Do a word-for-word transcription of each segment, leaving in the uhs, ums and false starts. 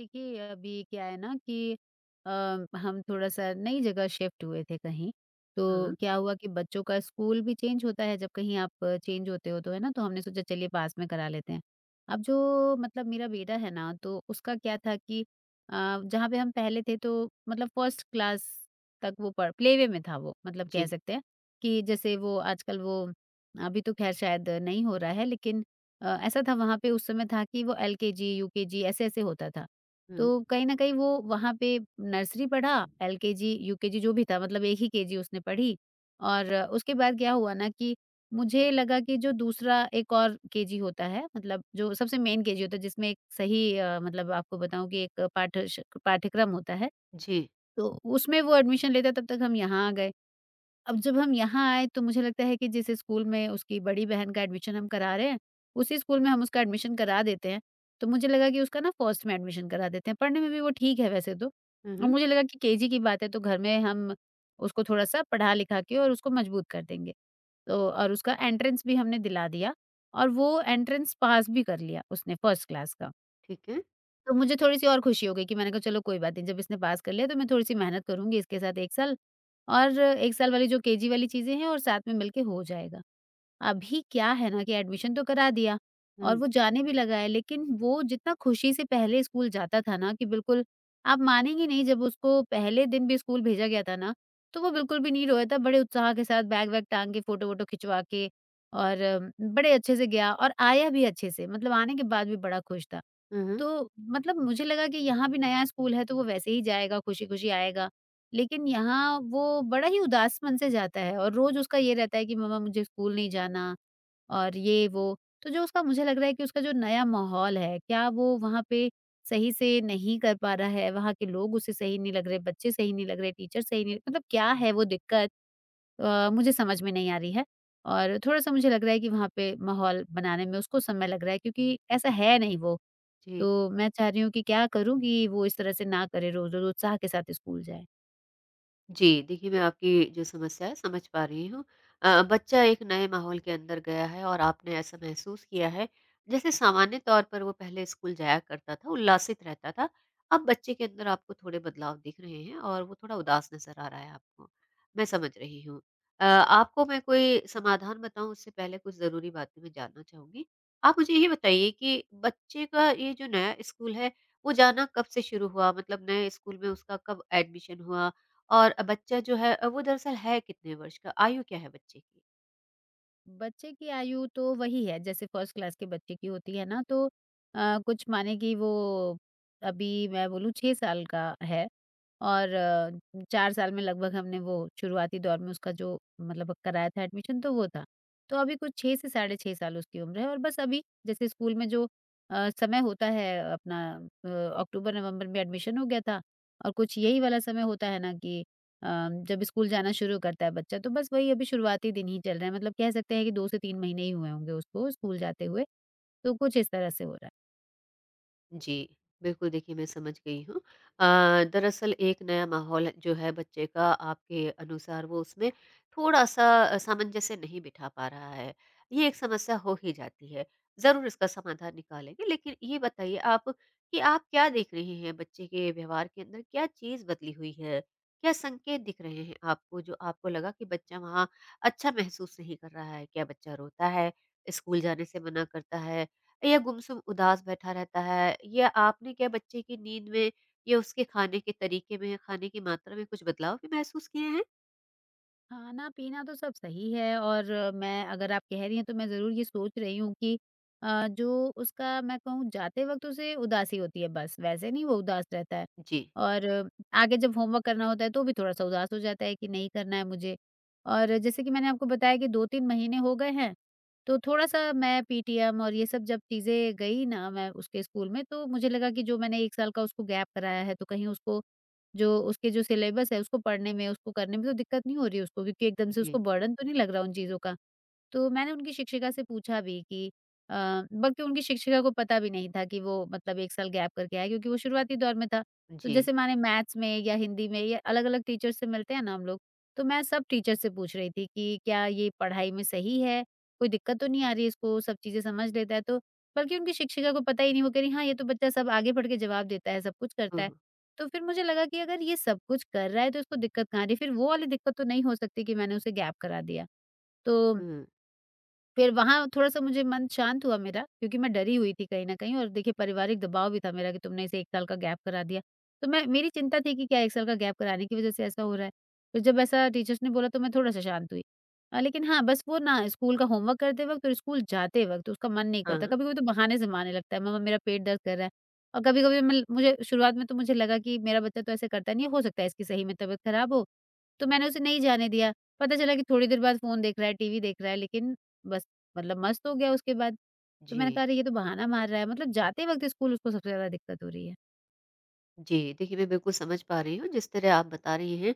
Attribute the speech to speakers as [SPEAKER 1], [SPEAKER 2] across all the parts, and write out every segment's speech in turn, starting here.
[SPEAKER 1] देखिए, अभी क्या है ना कि अ, हम थोड़ा-सा नई जगह शिफ्ट हुए थे कहीं,
[SPEAKER 2] हाँ,
[SPEAKER 1] तो क्या हुआ कि बच्चों का स्कूल भी चेंज होता है, जब कहीं आप चेंज होते हो तो, है ना? तो हमने सोचा चलिए पास में करा लेते हैं। अब जो मतलब मेरा बेटा है ना, तो उसका क्या था कि अ, जहाँ पे हम पहले थे तो मतलब फर्स्ट क्लास तक वो पढ़ प्लेवे में था वो, मतलब कह
[SPEAKER 2] जी।
[SPEAKER 1] सकते हैं कि जैसे वो आजकल वो अभी तो ख़ैर शायद नहीं हो रहा है लेकिन अ, ऐसा था वहाँ पे उस समय था कि वो एलकेजी, यूकेजी ऐसे-ऐसे होता था।
[SPEAKER 2] हुँ,
[SPEAKER 1] तो कहीं न कहीं वो वहाँ पे नर्सरी पढ़ा, एलकेजी, यूकेजी जो भी था मतलब एक ही केजी उसने पढ़ी और उसके बाद क्या हुआ ना कि मुझे लगा कि जो दूसरा एक और केजी होता है मतलब जो सबसे मेन केजी होता है जिसमें एक सही अ, मतलब आपको बताऊँ कि एक पाठ्यश पाठ्यक्रम होता है,
[SPEAKER 2] जी।
[SPEAKER 1] तो उसमें वो एडमिशन लेता तब तक हम यहाँ आ गए। अब जब हम यहाँ आए तो मुझे लगता है कि जिस स्कूल में उसकी बड़ी बहन का एडमिशन हम करा रहे हैं, उसी स्कूल में हम उसका एडमिशन करा देते हैं। तो मुझे लगा कि उसका ना फर्स्ट में एडमिशन करा देते हैं, पढ़ने में भी वो ठीक है वैसे तो।
[SPEAKER 2] हुँ,
[SPEAKER 1] और
[SPEAKER 2] हुँ,
[SPEAKER 1] मुझे लगा कि केजी की बात है तो घर में हम उसको थोड़ा-सा पढ़ा लिखा के और उसको मजबूत कर देंगे। तो और उसका एंट्रेंस भी हमने दिला दिया और वो एंट्रेंस पास भी कर लिया उसने फर्स्ट क्लास का।
[SPEAKER 2] ठीक है।
[SPEAKER 1] तो मुझे थोड़ी-सी और खुशी हो गई कि मैंने कहा चलो कोई बात नहीं, जब इसने पास कर लिया तो मैं थोड़ी-सी मेहनत करूँगी इसके साथ एक साल और एक साल वाली जो केजी वाली चीज़ें हैं और साथ में मिलके हो जाएगा। अभी क्या है ना कि एडमिशन तो करा दिया और
[SPEAKER 2] हुँ,
[SPEAKER 1] वो जाने भी लगा है, लेकिन वो जितना खुशी से पहले स्कूल जाता था ना कि बिल्कुल आप मानेंगी नहीं जब उसको पहले दिन भी स्कूल भेजा गया था ना, तो वो बिल्कुल भी नहीं रोया था, बड़े उत्साह के साथ बैग-वैग टाँग के फ़ोटो-वोटो खिंचवा के और अम, बड़े अच्छे से गया और आया भी अच्छे से, मतलब आने के बाद भी बड़ा खुश था।
[SPEAKER 2] हुँ, हुँ,
[SPEAKER 1] तो मतलब मुझे लगा कि यहाँ भी नया स्कूल है तो वो वैसे ही जाएगा, खुशी-खुशी आएगा लेकिन यहाँ वो बड़ा ही उदास मन से जाता है और रोज़ उसका ये रहता है कि मम्मा मुझे स्कूल नहीं जाना और ये वो। तो जो उसका मुझे लग रहा है कि उसका जो नया माहौल है, क्या वो वहाँ पे सही से नहीं कर पा रहा है? वहाँ के लोग उसे सही नहीं लग रहे, बच्चे सही नहीं लग रहे, टीचर सही नहीं मतलब क्या है वो दिक्कत अ, मुझे समझ में नहीं आ रही है। और थोड़ा-सा मुझे लग रहा है कि वहाँ पे माहौल बनाने में उसको समय लग रहा है क्योंकि ऐसा है नहीं वो।
[SPEAKER 2] जी।
[SPEAKER 1] तो मैं चाह रही हूँ कि क्या करूँ कि वो इस तरह से ना करे रोज़-रोज़ उत्साह के साथ स्कूल जाए?
[SPEAKER 2] जी, देखिए, मैं आपकी जो समस्या है समझ पा रही हूँ। अ, बच्चा एक नए माहौल के अंदर गया है और आपने ऐसा महसूस किया है, जैसे सामान्य तौर पर वो पहले स्कूल जाया करता था, उल्लासित रहता था। अब बच्चे के अंदर आपको थोड़े बदलाव दिख रहे हैं और वो थोड़ा उदास नज़र आ रहा है आपको। मैं समझ रही हूँ। अ, आपको मैं कोई समाधान बताऊँ उससे पहले कुछ ज़रूरी बातें मैं जानना चाहूँगी। आप मुझे ये बताइए कि बच्चे का ये जो नया स्कूल है, वो जाना कब से शुरू हुआ? मतलब नए स्कूल में उसका कब एडमिशन हुआ? और बच्चा जो है वो दरअसल है कितने वर्ष का? आयु क्या है बच्चे की?
[SPEAKER 1] बच्चे की आयु तो वही है जैसे फर्स्ट क्लास के बच्चे की होती है ना तो अ, कुछ माने कि वो अभी मैं बोलूँ छह साल का है और अ, चार साल में लगभग हमने वो शुरुआती दौर में उसका जो मतलब कराया था एडमिशन तो वो था। तो अभी कुछ छह से साढ़े छह साल उसकी उम्र है और बस अभी जैसे स्कूल में जो अ, समय होता है अपना अ, अक्टूबर-नवंबर में एडमिशन हो गया था और कुछ यही वाला समय होता है ना कि अम, जब स्कूल जाना शुरू करता है बच्चा तो बस वही अभी शुरुआती दिन ही चल रहे हैं मतलब कह सकते हैं कि दो से तीन महीने ही हुए होंगे उसको स्कूल जाते हुए, तो कुछ इस तरह से हो रहा है।
[SPEAKER 2] जी, बिल्कुल देखिए मैं समझ गई हूँ। अ, दरअसल एक नया माहौल जो है बच्चे का आपके अनुसार वो उसमें थोड़ा-सा अ, सामंजस्य नहीं बिठा पा रहा है। ये एक समस्या हो ही जाती है। ज़रूर इसका समाधान निकालेंगे, लेकिन ये बताइए आप कि आप क्या देख रहे हैं बच्चे के व्यवहार के अंदर, क्या चीज़ बदली हुई है? क्या संकेत दिख रहे हैं आपको जो आपको लगा कि बच्चा वहाँ अच्छा महसूस नहीं कर रहा है? क्या बच्चा रोता है? स्कूल जाने से मना करता है? या गुमसुम उदास बैठा रहता है, या आपने क्या बच्चे की नींद में या उसके खाने के तरीके में, खाने की मात्रा में कुछ बदलाव भी महसूस किए हैं?
[SPEAKER 1] खाना-पीना तो सब सही है और अ, मैं अगर आप कह रही हैं तो मैं ज़रूर ये सोच रही हूँ कि अ, जो उसका मैं कहूँ जाते वक़्त उसे उदासी होती है बस, वैसे नहीं वो उदास रहता है।
[SPEAKER 2] जी,
[SPEAKER 1] और अ, आगे जब होमवर्क करना होता है तो भी थोड़ा-सा उदास हो जाता है कि नहीं करना है मुझे। और जैसे कि मैंने आपको बताया कि दो तीन महीने हो गए हैं, तो थोड़ा-सा मैं पीटीएम और ये सब जब चीज़ें गई ना मैं उसके स्कूल में तो मुझे लगा कि जो मैंने एक साल का उसको गैप कराया है तो कहीं उसको जो उसके जो सिलेबस है उसको पढ़ने में, उसको करने में तो दिक्कत नहीं हो रही उसको क्योंकि एकदम से
[SPEAKER 2] जी,
[SPEAKER 1] उसको बर्डन तो नहीं लग रहा उन चीज़ों का। तो मैंने उनकी शिक्षिका से पूछा भी कि अ, बल्कि उनकी शिक्षिका को पता भी नहीं था कि वो मतलब एक साल गैप करके आया है क्योंकि वो शुरुआती दौर में था। तो
[SPEAKER 2] जी।
[SPEAKER 1] जैसे माने मैथ्स में या हिंदी में या अलग-अलग टीचर से मिलते हैं ना हम लोग, तो मैं सब टीचर से पूछ रही थी कि क्या ये पढ़ाई में सही है? कोई दिक्कत तो नहीं आ रही इसको, सब चीज़ें समझ लेता है तो? बल्कि उनकी शिक्षिका को पता ही नहीं, वो कह रही हाँ, ये तो बच्चा सब आगे बढ़ के जवाब देता है, सब कुछ
[SPEAKER 2] हुँ,
[SPEAKER 1] करता है।
[SPEAKER 2] हुँ।
[SPEAKER 1] तो फिर मुझे लगा कि अगर ये सब कुछ कर रहा है तो इसको दिक्कत कहाँ आ रही है? फिर वो वाली दिक्कत तो नहीं हो सकती कि मैंने उसे गैप करा दिया। तो फिर वहाँ थोड़ा-सा मुझे मन शांत हुआ मेरा, क्योंकि मैं डरी हुई थी कहीं न कहीं और देखिए पारिवारिक दबाव भी था मेरा कि तुमने इसे एक साल का गैप करा दिया। तो मैं मेरी चिंता थी कि क्या एक साल का गैप कराने की वज़ह से ऐसा हो रहा है? फिर जब ऐसा टीचर्स ने बोला तो मैं थोड़ा-सा शांत हुई। अ, लेकिन हाँ, बस वो ना स्कूल का होमवर्क करते वक़्त और स्कूल जाते वक़्त उसका मन नहीं
[SPEAKER 2] हाँ,
[SPEAKER 1] करता।
[SPEAKER 2] हाँ।
[SPEAKER 1] कभी-कभी तो बहाने ज़माने लगता है, मम्मा मेरा पेट दर्द कर रहा है और कभी-कभी मैं मुझे शुरुआत में तो मुझे लगा कि मेरा बच्चा तो ऐसे करता नहीं है, हो सकता है इसकी सही में तबीयत खराब हो, तो मैंने उसे नहीं जाने दिया। पता चला कि थोड़ी देर बाद फ़ोन देख रहा है, टीवी देख रहा है, लेकिन बस मतलब मस्त हो गया उसके बाद। तो मैंने
[SPEAKER 2] जी।
[SPEAKER 1] कहा अरे ये तो बहाना मार रहा है, मतलब जाते वक़्त स्कूल उसको सबसे ज़्यादा दिक्कत हो रही है।
[SPEAKER 2] जी, देखिए मैं बिल्कुल समझ पा रही हूँ जिस तरह आप बता रही हैं।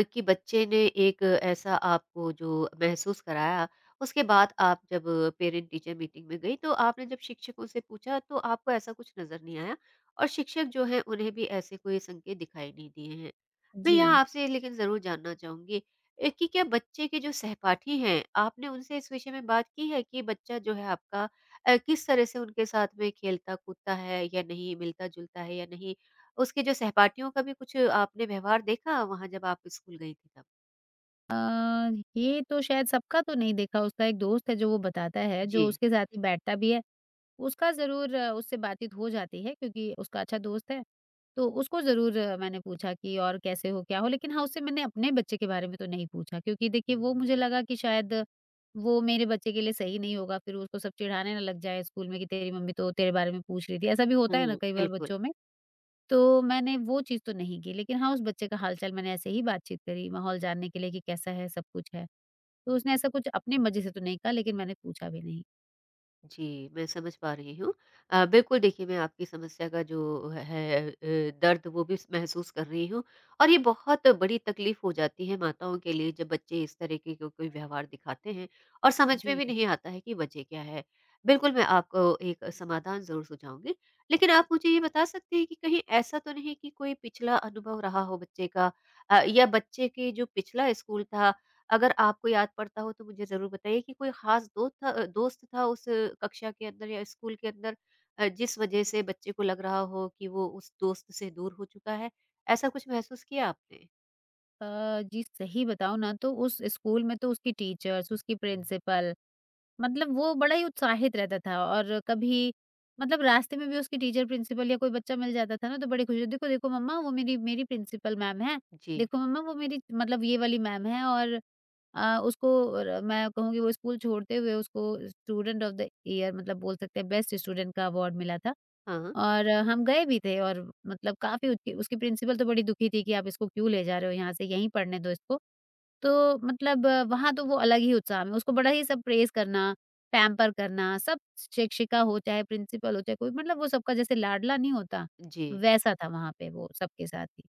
[SPEAKER 2] अ, कि बच्चे ने एक ऐसा आपको जो महसूस कराया, उसके बाद आप जब पेरेंट टीचर मीटिंग में गई तो आपने जब शिक्षकों से पूछा तो आपको ऐसा कुछ नज़र नहीं आया और शिक्षक जो हैं उन्हें भी ऐसे कोई संकेत दिखाई नहीं दिए हैं। मैं
[SPEAKER 1] जी।
[SPEAKER 2] यहाँ आपसे लेकिन ज़रूर जानना चाहूँगी अ, कि क्या बच्चे के जो सहपाठी हैं, आपने उनसे इस विषय में बात की है कि बच्चा जो है आपका अ, किस तरह से उनके साथ में खेलता-कूदता है या नहीं, मिलता-जुलता है या नहीं? उसके जो सहपाठियों का भी कुछ आपने व्यवहार देखा वहाँ जब आप स्कूल गई थी तब?
[SPEAKER 1] अ, ये तो शायद सबका तो नहीं देखा, उसका एक दोस्त है जो वो बताता है,
[SPEAKER 2] जी।
[SPEAKER 1] जो उसके साथ ही बैठता भी है, उसका ज़रूर अ, उससे बातचीत हो जाती है क्योंकि उसका अच्छा दोस्त है। तो उसको ज़रूर अ, मैंने पूछा कि और कैसे हो, क्या हो? लेकिन हाँ, उससे मैंने अपने बच्चे के बारे में तो नहीं पूछा क्योंकि देखिए वो मुझे लगा कि शायद वो मेरे बच्चे के लिए सही नहीं होगा, फिर उसको सब चिढ़ाने ना लग जाए स्कूल में कि तेरी मम्मी तो तेरे बारे में पूछ रही थी। ऐसा भी होता है ना
[SPEAKER 2] हुँ,
[SPEAKER 1] कई बार
[SPEAKER 2] बिल्कुल।
[SPEAKER 1] बच्चों में, तो मैंने वो चीज़ तो नहीं की। लेकिन हाँ, उस बच्चे का हाल-चाल मैंने ऐसे ही बातचीत करी माहौल जानने के लिए कि कैसा है, सब कुछ है। तो उसने ऐसा कुछ अपने मज़े से तो नहीं कहा लेकिन मैंने पूछा भी नहीं।
[SPEAKER 2] जी, मैं समझ पा रही हूँ। अ, बिल्कुल देखिए, मैं आपकी समस्या का जो है है अ, दर्द वो भी स महसूस कर रही हूँ और ये बहुत बड़ी तकलीफ़ हो जाती है माताओं के लिए जब बच्चे इस तरह के को कोई व्यवहार दिखाते हैं और समझ में
[SPEAKER 1] जी।
[SPEAKER 2] भी नहीं आता है कि वजह क्या है। बिल्कुल, मैं आपको एक समाधान ज़रूर सुझाऊँगी। लेकिन आप मुझे ये बता सकते हैं कि कहीं ऐसा तो नहीं कि कोई पिछला अनुभव रहा हो बच्चे का, अ, या बच्चे के जो पिछला स्कूल था, अगर आपको याद पड़ता हो तो मुझे ज़रूर बताइए कि कोई ख़ास दोस्त था, अ, दोस्त था उस कक्षा के अंदर या स्कूल के अंदर, अ, जिस वज़ह से बच्चे को लग रहा हो कि वो उस दोस्त से दूर हो चुका है? ऐसा कुछ महसूस किया आपने?
[SPEAKER 1] अ, जी सही बताऊँ ना तो उस स्कूल में तो उसकी टीचर्स, उसकी प्रिंसिपल मतलब वो बड़ा ही उत्साहित रहता था और कभी मतलब रास्ते में भी उसकी टीचर, प्रिंसिपल या कोई बच्चा मिल जाता था ना तो बड़ी खुशी होती, "देखो, देखो मम्मा वो मेरी मेरी प्रिंसिपल मैम है।
[SPEAKER 2] जी।
[SPEAKER 1] देखो मम्मा वो मेरी मतलब ये वाली मैम है" और अ, उसको र मैं कहूँगी वो स्कूल छोड़ते हुए उसको स्टूडेंट ऑफ द ईयर मतलब बोल सकते हैं बेस्ट स्टूडेंट का अवार्ड मिला था।
[SPEAKER 2] हाँ।
[SPEAKER 1] और अ, हम गए भी थे और मतलब काफ़ी उसकी उसकी प्रिंसिपल तो बड़ी दुखी थी कि आप इसको क्यों ले जा रहे हो यहाँ से, यहीं पढ़ने दो इसको। तो मतलब अ, वहाँ तो वो अलग ही उत्साह में उसको बड़ा ही सब प्रेज़ करना, पैम्पर करना, सब शिक्षिका हो चाहे प्रिंसिपल हो चाहे कोई मतलब वो सबका जैसे लाडला नहीं होता,
[SPEAKER 2] जी।
[SPEAKER 1] वैसा था वहाँ पे वो सबके साथ ही।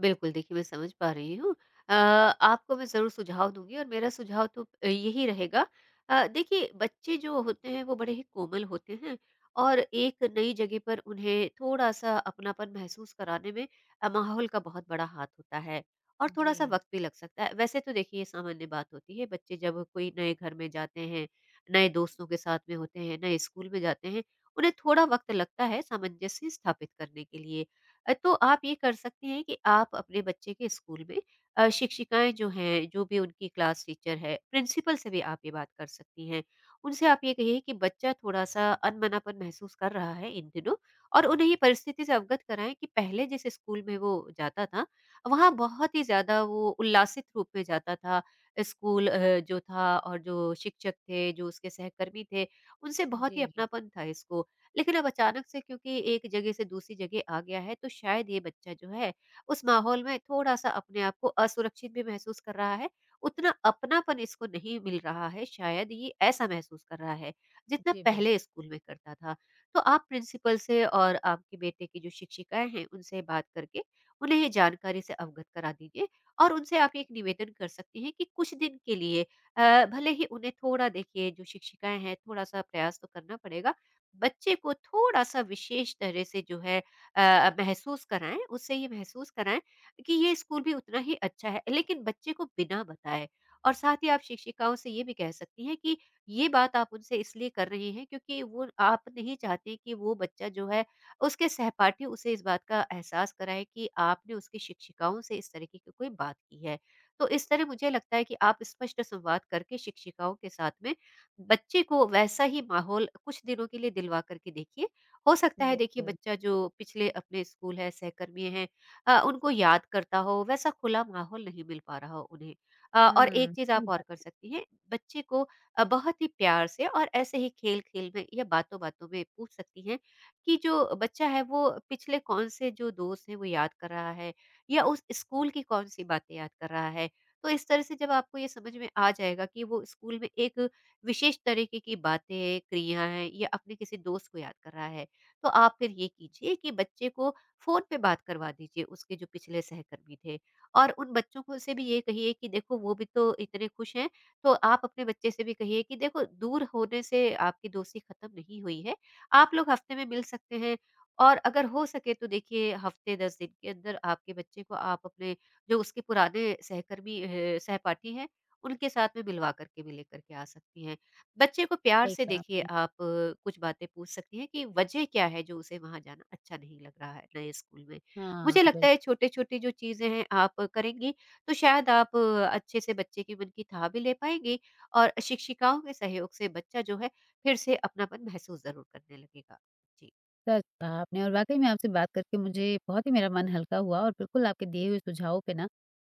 [SPEAKER 2] बिल्कुल, देखिए मैं समझ पा रही हूँ। अ, आपको मैं ज़रूर सुझाव दूँगी और मेरा सुझाव तो अ, यही रहेगा। अ, देखिए, बच्चे जो होते हैं वो बड़े ही कोमल होते हैं और एक नई जगह पर उन्हें थोड़ा-सा अपनापन महसूस कराने में अ, माहौल का बहुत बड़ा हाथ होता है और थोड़ा-सा
[SPEAKER 1] जी,
[SPEAKER 2] वक़्त भी लग सकता है। वैसे तो देखिए, ये सामान्य बात होती है। बच्चे जब कोई नए घर में जाते हैं, नए दोस्तों के साथ में होते हैं, नए स्कूल में जाते हैं, उन्हें थोड़ा वक़्त लगता है सामंजस्य स्थापित करने के लिए। अ, तो आप ये कर सकते हैं कि आप अपने बच्चे के स्कूल में अ, शिक्षिकाएँ जो हैं, जो भी उनकी क्लास टीचर है, प्रिंसिपल से भी आप ये बात कर सकती हैं। उनसे आप ये कहिए कि बच्चा थोड़ा-सा अनमनापन महसूस कर रहा है इन दिनों और उन्हें ये परिस्थिति से अवगत कराएँ कि पहले जिस स्कूल में वो जाता था, वहाँ बहुत ही ज़्यादा वो उल्लासित रूप में जाता था। स्कूल अ, जो था और जो शिक्षक थे, जो उसके सहकर्मी थे, उनसे बहुत ही
[SPEAKER 1] जी,
[SPEAKER 2] अपनापन था इसको, लेकिन अब अचानक से क्योंकि एक जगह से दूसरी जगह आ गया है, तो शायद ये बच्चा जो है, उस माहौल में थोड़ा-सा अपने आप को असुरक्षित भी महसूस कर रहा है। उतना अपनापन इसको नहीं मिल रहा है, शायद ये ऐसा महसूस कर रहा है, जितना
[SPEAKER 1] जी, बिल्कुल,
[SPEAKER 2] पहले स्कूल में करता था। तो आप प्रिंसिपल से और आपके बेटे की जो शिक्षिकाएँ हैं, उनसे बात करके उन्हें ये जानकारी से अवगत करा दीजिए और उनसे आप एक निवेदन कर सकती हैं कि कुछ दिन के लिए अ, भले ही उन्हें थोड़ा, देखिए जो शिक्षिकाएँ हैं, थोड़ा-सा प्रयास तो करना पड़ेगा। बच्चे को थोड़ा-सा विशेष तरह से जो है अ, महसूस कराएँ, उससे ये महसूस कराएँ कि ये स्कूल भी उतना ही अच्छा है, लेकिन बच्चे को बिना बताए। और साथ ही आप शिक्षिकाओं से ये भी कह सकती हैं कि ये बात आप उनसे इसलिए कर रही हैं क्योंकि वो आप नहीं चाहती कि वो बच्चा जो है, उसके सहपाठी उसे इस बात का एहसास कराएँ कि आपने उसकी शिक्षिकाओं से इस तरीके की कोई बात की है। तो इस तरह मुझे लगता है कि आप स्पष्ट संवाद करके शिक्षिकाओं के साथ में बच्चे को वैसा ही माहौल कुछ दिनों के लिए दिलवा कर के देखिए। हो सकता है, देखिए
[SPEAKER 1] बिल्कुल।
[SPEAKER 2] बच्चा जो पिछले अपने स्कूल है, सहकर्मी हैं, अ, उनको याद करता हो, वैसा खुला माहौल नहीं मिल पा रहा हो उन्हें। अ, और एक
[SPEAKER 1] हुँ,
[SPEAKER 2] चीज़ आप
[SPEAKER 1] सही
[SPEAKER 2] और कर
[SPEAKER 1] बात।
[SPEAKER 2] सकती हैं, बच्चे को अ, बहुत ही प्यार से और ऐसे ही खेल-खेल में या बातों-बातों में पूछ सकती हैं कि जो बच्चा है वो पिछले कौन से जो दोस्त हैं वो याद कर रहा है, या उस स्कूल की कौन-सी बातें याद कर रहा है। तो इस तरह से जब आपको ये समझ में आ जाएगा कि वो स्कूल में एक विशेष तरीके की बातें, क्रिया हैं या अपने किसी दोस्त को याद कर रहा है, तो आप फिर ये कीजिए कि बच्चे को फ़ोन पे बात करवा दीजिए उसके जो पिछले सहकर्मी थे, और उन बच्चों को से भी ये कहिए कि देखो वो भी तो इतने खुश हैं, तो आप अपने बच्चे से भी कहिए कि देखो दूर होने से आपकी दोस्ती ख़त्म नहीं हुई है, आप लोग हफ़्ते में मिल सकते हैं। और अगर हो सके तो देखिए, हफ़्ते दस दिन के अंदर आपके बच्चे को आप अपने जो उसके पुराने सहकर्मी अ, सहपाठी हैं, उनके साथ में मिलवा करके भी लेकर के आ सकती हैं। बच्चे को प्यार
[SPEAKER 1] सही
[SPEAKER 2] से
[SPEAKER 1] कहा
[SPEAKER 2] देखिए,
[SPEAKER 1] आपने।
[SPEAKER 2] आप अ, कुछ बातें पूछ सकती हैं कि वजह क्या है जो उसे वहाँ जाना अच्छा नहीं लग रहा है नए स्कूल में।
[SPEAKER 1] हाँ,
[SPEAKER 2] मुझे लगता है
[SPEAKER 1] बिल्कुल।
[SPEAKER 2] छोटे-छोटे जो चीज़ें हैं आप करेंगी तो शायद आप अ, अच्छे से बच्चे के मन की थाह भी ले पाएँगी और शिक्षिकाओं के सहयोग से बच्चा जो है फिर से अपनापन महसूस ज़रूर करने लगेगा। जी,
[SPEAKER 1] सच कहा आपने और वाक़ई में आपसे बात करके मुझे बहुत ही मेरा मन हल्का हुआ और बिल्कुल आपके दिए हुए सुझावों पे ना,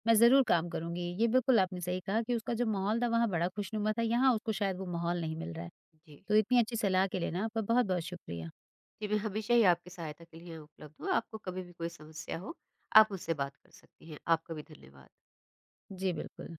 [SPEAKER 1] मैं ज़रूर काम करूँगी। ये बिल्कुल आपने सही कहा कि उसका जो माहौल था वहाँ बड़ा खुशनुमा था, यहाँ उसको शायद वो माहौल नहीं मिल रहा है।
[SPEAKER 2] जी।
[SPEAKER 1] तो इतनी अच्छी सलाह के लिए ना आपका बहुत-बहुत शुक्रिया।
[SPEAKER 2] जी, मैं हमेशा ही आपकी सहायता के लिए उपलब्ध हूँ। आपको कभी भी कोई समस्या हो, आप मुझसे बात कर सकती हैं। आपका भी धन्यवाद।
[SPEAKER 1] जी, बिल्कुल।